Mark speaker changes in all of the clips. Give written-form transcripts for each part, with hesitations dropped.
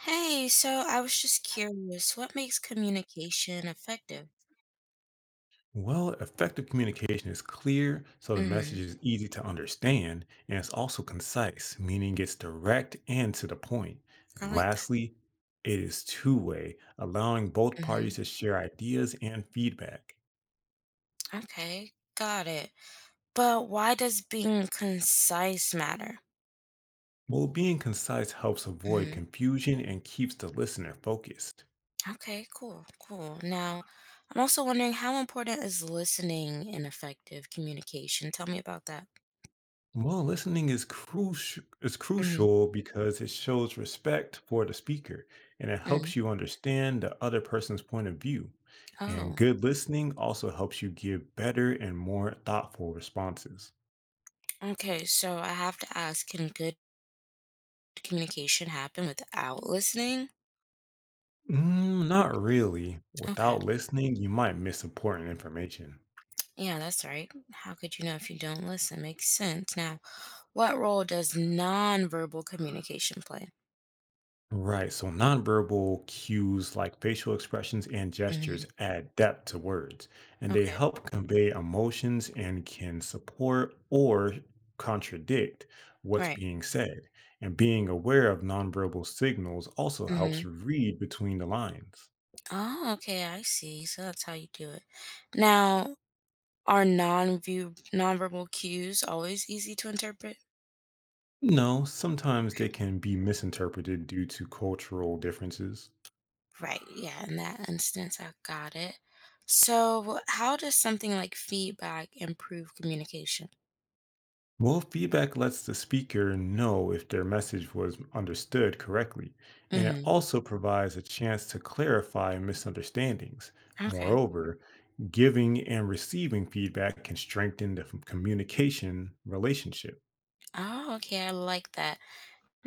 Speaker 1: Hey, so I was just curious, what makes communication effective?
Speaker 2: Well, effective communication is clear, so the
Speaker 1: Mm-hmm.
Speaker 2: message is easy to understand, and it's also concise, meaning it's direct and to the point.
Speaker 1: I
Speaker 2: And
Speaker 1: like
Speaker 2: lastly, it is two-way, allowing both
Speaker 1: that. Mm-hmm.
Speaker 2: parties to share ideas and feedback.
Speaker 1: Okay, got it. But why does being concise matter?
Speaker 2: Well, being concise helps avoid
Speaker 1: Mm-hmm.
Speaker 2: confusion and keeps the listener focused.
Speaker 1: Okay, cool, cool. Now, I'm also wondering, how important is listening in effective communication? Tell me about that.
Speaker 2: Well, listening is crucial is
Speaker 1: Mm-hmm.
Speaker 2: crucial because it shows respect for the speaker and it
Speaker 1: Mm.
Speaker 2: helps you understand the other person's point of view. And
Speaker 1: Oh,
Speaker 2: good listening also helps you give better and more thoughtful responses.
Speaker 1: okay. So I have to ask, can good communication happen without listening?
Speaker 2: Mm, not really.
Speaker 1: Okay.
Speaker 2: Without listening, you might miss important information.
Speaker 1: Yeah, that's right. How could you know if you don't listen? Makes sense. Now, what role does nonverbal communication play?
Speaker 2: Right. So nonverbal cues like facial expressions and
Speaker 1: Mhm.
Speaker 2: gestures add depth to words, and they
Speaker 1: Okay.
Speaker 2: help convey emotions and can support or contradict what's
Speaker 1: Right.
Speaker 2: being said. And being aware of nonverbal signals also helps
Speaker 1: Mhm.
Speaker 2: read between the lines.
Speaker 1: Oh, okay, I see. So that's how you do it. Now, are non-view nonverbal cues always easy to interpret?
Speaker 2: No, sometimes they can be misinterpreted due to cultural differences.
Speaker 1: Right. Yeah, in that instance, I got it. So, how does something like feedback improve communication?
Speaker 2: Well, feedback lets the speaker know if their message was understood correctly, and it
Speaker 1: Hmm.
Speaker 2: also provides a chance to clarify misunderstandings.
Speaker 1: Okay.
Speaker 2: Moreover, giving and receiving feedback can strengthen the communication relationship.
Speaker 1: Oh, okay. I like that.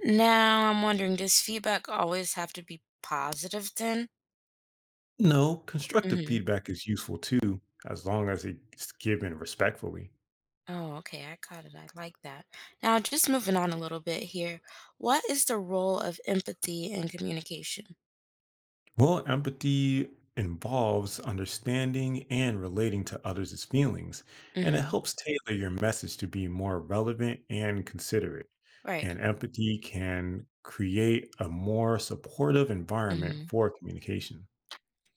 Speaker 1: Now, I'm wondering, does feedback always have to be positive then?
Speaker 2: No, constructive feedback is useful too, as long as it's given respectfully.
Speaker 1: Oh, okay. I got it. I like that. Now, just moving on a little bit here. What is the role of empathy in communication?
Speaker 2: Well, empathy involves understanding and relating to others' feelings, and it
Speaker 1: Mm-hmm.
Speaker 2: helps tailor your message to be more relevant and considerate.
Speaker 1: Right.
Speaker 2: And empathy can create a more supportive environment
Speaker 1: Mm-hmm.
Speaker 2: for communication.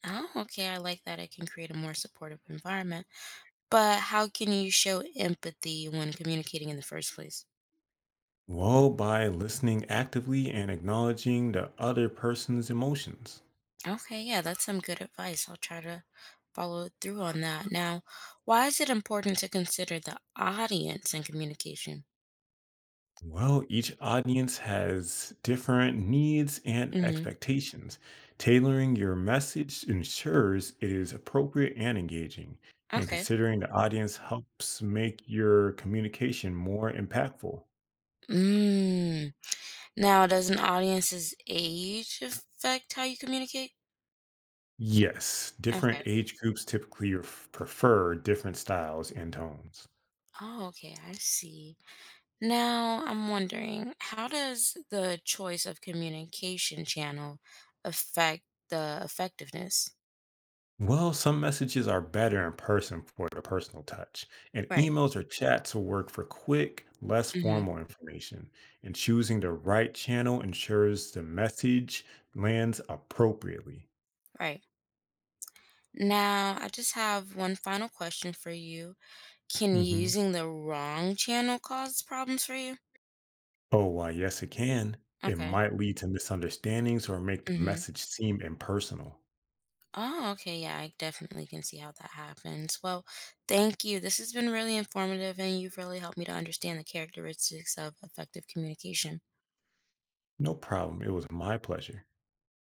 Speaker 1: Oh, okay. I like that. It can create a more supportive environment. But how can you show empathy when communicating in the first place?
Speaker 2: Well, by listening actively and acknowledging the other person's emotions.
Speaker 1: Okay. Yeah, that's some good advice. I'll try to follow through on that. Now, why is it important to consider the audience in communication?
Speaker 2: Well, each audience has different needs and
Speaker 1: Mm-hmm.
Speaker 2: expectations. Tailoring your message ensures it is appropriate and engaging, and
Speaker 1: Okay.
Speaker 2: considering the audience helps make your communication more impactful.
Speaker 1: Mm. Now, does an audience's age affect how you communicate?
Speaker 2: Yes,
Speaker 1: Okay.
Speaker 2: different age groups typically prefer different styles and tones.
Speaker 1: Oh, okay. I see. Now, I'm wondering, how does the choice of communication channel affect the effectiveness?
Speaker 2: Well, some messages are better in person for the personal touch, and
Speaker 1: Right.
Speaker 2: emails or chats will work for quick, less
Speaker 1: Mm-hmm.
Speaker 2: formal information. And choosing the right channel ensures the message lands appropriately.
Speaker 1: Right. Now, I just have one final question for you. Can
Speaker 2: Mhm.
Speaker 1: using the wrong channel cause problems for you?
Speaker 2: Oh, why, yes, it can. It
Speaker 1: Okay.
Speaker 2: might lead to misunderstandings or make the
Speaker 1: Mm-hmm.
Speaker 2: message seem impersonal.
Speaker 1: Oh, okay. Yeah, I definitely can see how that happens. Well, thank you. This has been really informative, and you've really helped me to understand the characteristics of effective communication.
Speaker 2: No problem. It was my pleasure.